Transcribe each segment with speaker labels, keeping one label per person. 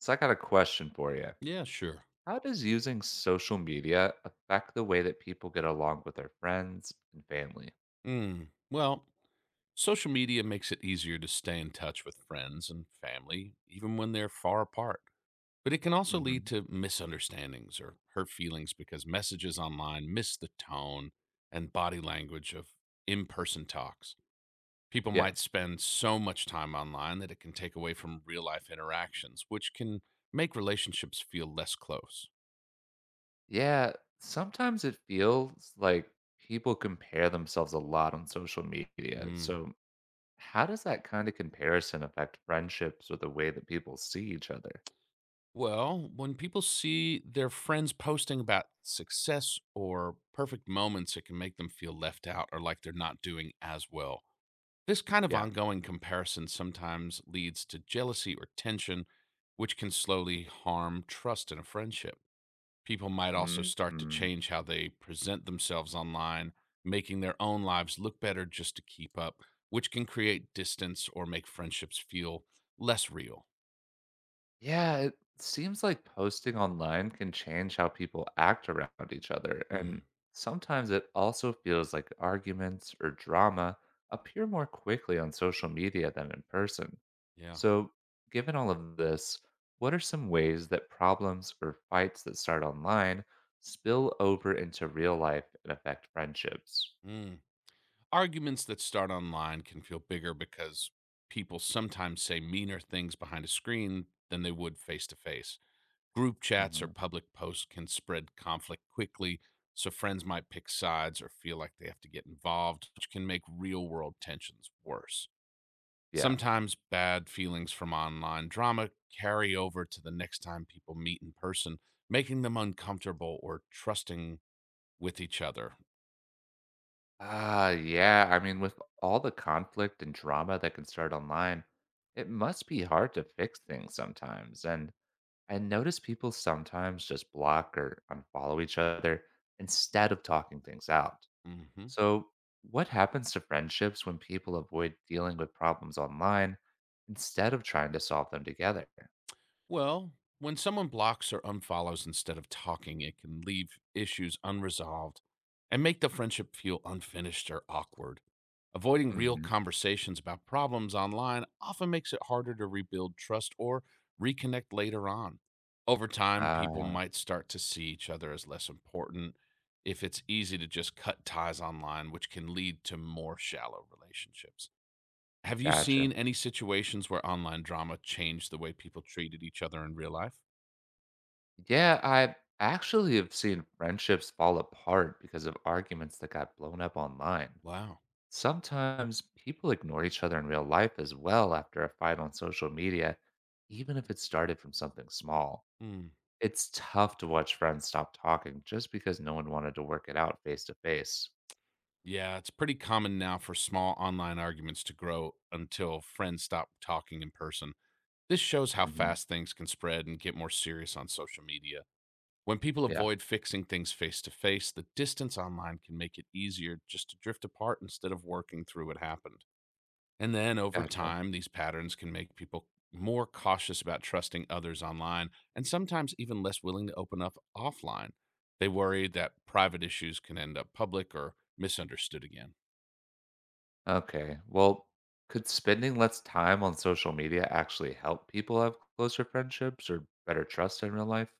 Speaker 1: So I got a question for you.
Speaker 2: Yeah, sure.
Speaker 1: How does using social media affect the way that people get along with their friends and family?
Speaker 2: Mm. Well, social media makes it easier to stay in touch with friends and family, even when they're far apart. But it can also lead
Speaker 1: Hmm.
Speaker 2: to misunderstandings or hurt feelings because messages online miss the tone and body language of in person talks. People
Speaker 1: Yeah.
Speaker 2: might spend so much time online that it can take away from real life interactions, which can make relationships feel less close.
Speaker 1: Yeah. Sometimes it feels like people compare themselves a lot on social media.
Speaker 2: Mm.
Speaker 1: So, how does that kind of comparison affect friendships or the way that people see each other?
Speaker 2: Well, when people see their friends posting about success or perfect moments, it can make them feel left out or like they're not doing as well. This kind of
Speaker 1: Yeah.
Speaker 2: ongoing comparison sometimes leads to jealousy or tension, which can slowly harm trust in a friendship. People might also start to
Speaker 1: Hmm.
Speaker 2: change how they present themselves online, making their own lives look better just to keep up, which can create distance or make friendships feel less real.
Speaker 1: Yeah, it seems like posting online can change how people act around each other.
Speaker 2: Mm,
Speaker 1: And sometimes it also feels like arguments or drama appear more quickly on social media than in person.
Speaker 2: yeah.
Speaker 1: So, given all of this, what are some ways that problems or fights that start online spill over into real life and affect friendships?
Speaker 2: Mm. Arguments that start online can feel bigger because people sometimes say meaner things behind a screen than they would face to face. Group chats or
Speaker 1: Hmm.
Speaker 2: public posts can spread conflict quickly, so friends might pick sides or feel like they have to get involved, which can make real world tensions worse.
Speaker 1: Yeah.
Speaker 2: Sometimes bad feelings from online drama carry over to the next time people meet in person, making them uncomfortable or trusting with each other.
Speaker 1: Ah, yeah. I mean, with all the conflict and drama that can start online, it must be hard to fix things sometimes. And I notice people sometimes just block or unfollow each other instead of talking things out.
Speaker 2: Mhm.
Speaker 1: So, what happens to friendships when people avoid dealing with problems online instead of trying to solve them together?
Speaker 2: Well, when someone blocks or unfollows instead of talking, it can leave issues unresolved and make the friendship feel unfinished or awkward. Avoiding real
Speaker 1: Hmm.
Speaker 2: conversations about problems online often makes it harder to rebuild trust or reconnect later on. Over time, people
Speaker 1: Ah,
Speaker 2: might start to see each other as less important if it's easy to just cut ties online, which can lead to more shallow relationships. Have you seen
Speaker 1: gotcha.
Speaker 2: any situations where online drama changed the way people treated each other in real life?
Speaker 1: Yeah, I actually have seen friendships fall apart because of arguments that got blown up online.
Speaker 2: Wow.
Speaker 1: Sometimes people ignore each other in real life as well after a fight on social media, even if it started from something small.
Speaker 2: Hmm.
Speaker 1: It's tough to watch friends stop talking just because no one wanted to work it out face to face.
Speaker 2: Yeah, it's pretty common now for small online arguments to grow until friends stop talking in person. This shows how
Speaker 1: Mhm.
Speaker 2: fast things can spread and get more serious on social media. When people
Speaker 1: Yeah,
Speaker 2: avoid fixing things face to face, the distance online can make it easier just to drift apart instead of working through what happened. And then over
Speaker 1: gotcha.
Speaker 2: time, these patterns can make people more cautious about trusting others online and sometimes even less willing to open up offline. They worry that private issues can end up public or misunderstood again.
Speaker 1: Okay. Well, could spending less time on social media actually help people have closer friendships or better trust in real life?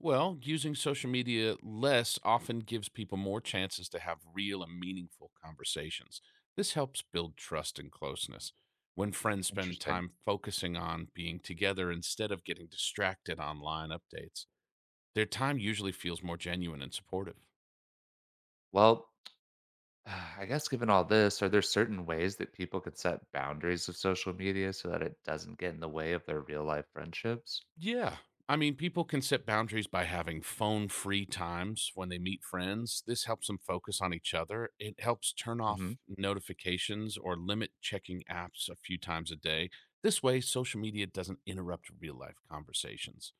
Speaker 2: Well, using social media less often gives people more chances to have real and meaningful conversations. This helps build trust and closeness. When friends spend
Speaker 1: Interesting.
Speaker 2: time focusing on being together instead of getting distracted online updates, their time usually feels more genuine and supportive.
Speaker 1: Well, ah, I guess given all this, are there certain ways that people could set boundaries of social media so that it doesn't get in the way of their real life friendships?
Speaker 2: Yeah. I mean, people can set boundaries by having phone free times when they meet friends. This helps them focus on each other. It helps turn off
Speaker 1: Hmm.
Speaker 2: notifications or limit checking apps a few times a day. This way, social media doesn't interrupt real life conversations.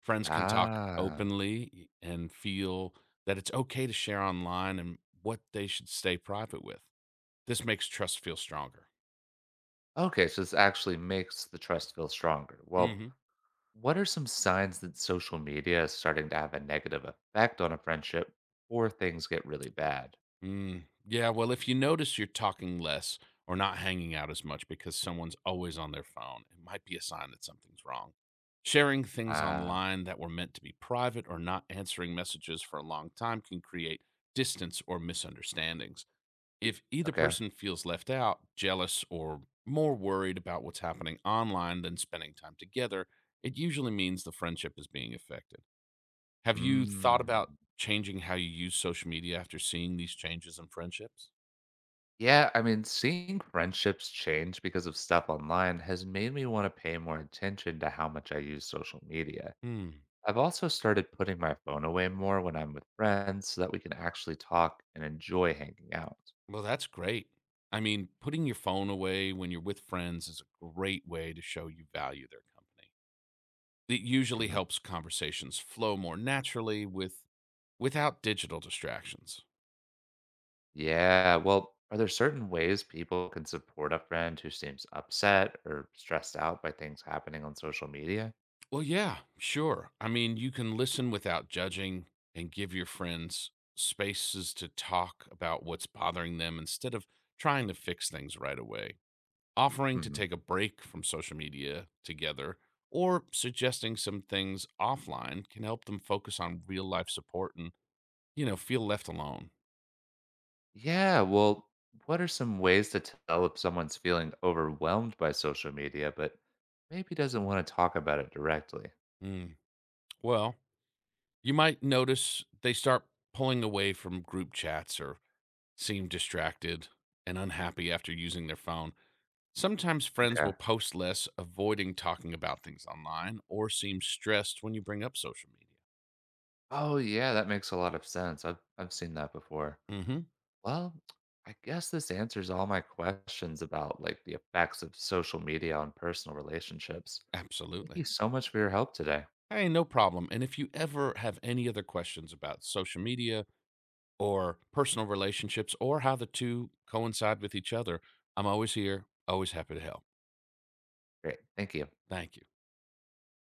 Speaker 2: Friends can talk
Speaker 1: Ah,
Speaker 2: openly and feel that it's okay to share online and what they should stay private with. This makes trust feel stronger.
Speaker 1: okay. So this actually makes the trust feel stronger. Well,
Speaker 2: Hmm.
Speaker 1: what are some signs that social media is starting to have a negative effect on a friendship before things get really bad?
Speaker 2: Yeah, well, if you notice you're talking less or not hanging out as much because someone's always on their phone, it might be a sign that something's wrong. Sharing things
Speaker 1: Ah,
Speaker 2: online that were meant to be private or not answering messages for a long time can create distance or misunderstandings. If either
Speaker 1: okay.
Speaker 2: person feels left out, jealous, or more worried about what's happening online than spending time together, it usually means the friendship is being affected. Have you thought about
Speaker 1: Mm.
Speaker 2: changing how you use social media after seeing these changes in friendships?
Speaker 1: Yeah, I mean, seeing friendships change because of stuff online has made me want to pay more attention to how much I use social media.
Speaker 2: Hmm.
Speaker 1: I've also started putting my phone away more when I'm with friends so that we can actually talk and enjoy hanging out.
Speaker 2: Well, that's great. I mean, putting your phone away when you're with friends is a great way to show you value their company. It usually
Speaker 1: Mhm.
Speaker 2: helps conversations flow more naturally without digital distractions.
Speaker 1: Yeah, well, are there certain ways people can support a friend who seems upset or stressed out by things happening on social media?
Speaker 2: Well, yeah, sure. I mean, you can listen without judging and give your friends spaces to talk about what's bothering them instead of trying to fix things right away, offering to
Speaker 1: Mhm.
Speaker 2: take a break from social media together, or suggesting some things offline can help them focus on real life support and, you know, feel left alone.
Speaker 1: Yeah, well, what are some ways to tell if someone's feeling overwhelmed by social media but maybe doesn't want to talk about it directly?
Speaker 2: Mm. Well, you might notice they start pulling away from group chats or seem distracted and unhappy after using their phone. Sometimes friends
Speaker 1: Okay.
Speaker 2: will post less, avoiding talking about things online, or seem stressed when you bring up social
Speaker 1: Oh yeah, that makes a lot of sense. I've seen that before.
Speaker 2: media. Hmm.
Speaker 1: Well, I guess this answers all my questions about like the effects of social media on personal relationships. Thank you
Speaker 2: Absolutely.
Speaker 1: so much for your help today.
Speaker 2: Hey, no problem. And if you ever have any other questions about social media or personal relationships or how the two coincide with each other, I'm always here, always happy to help.
Speaker 1: Great. Thank you.
Speaker 2: Thank you.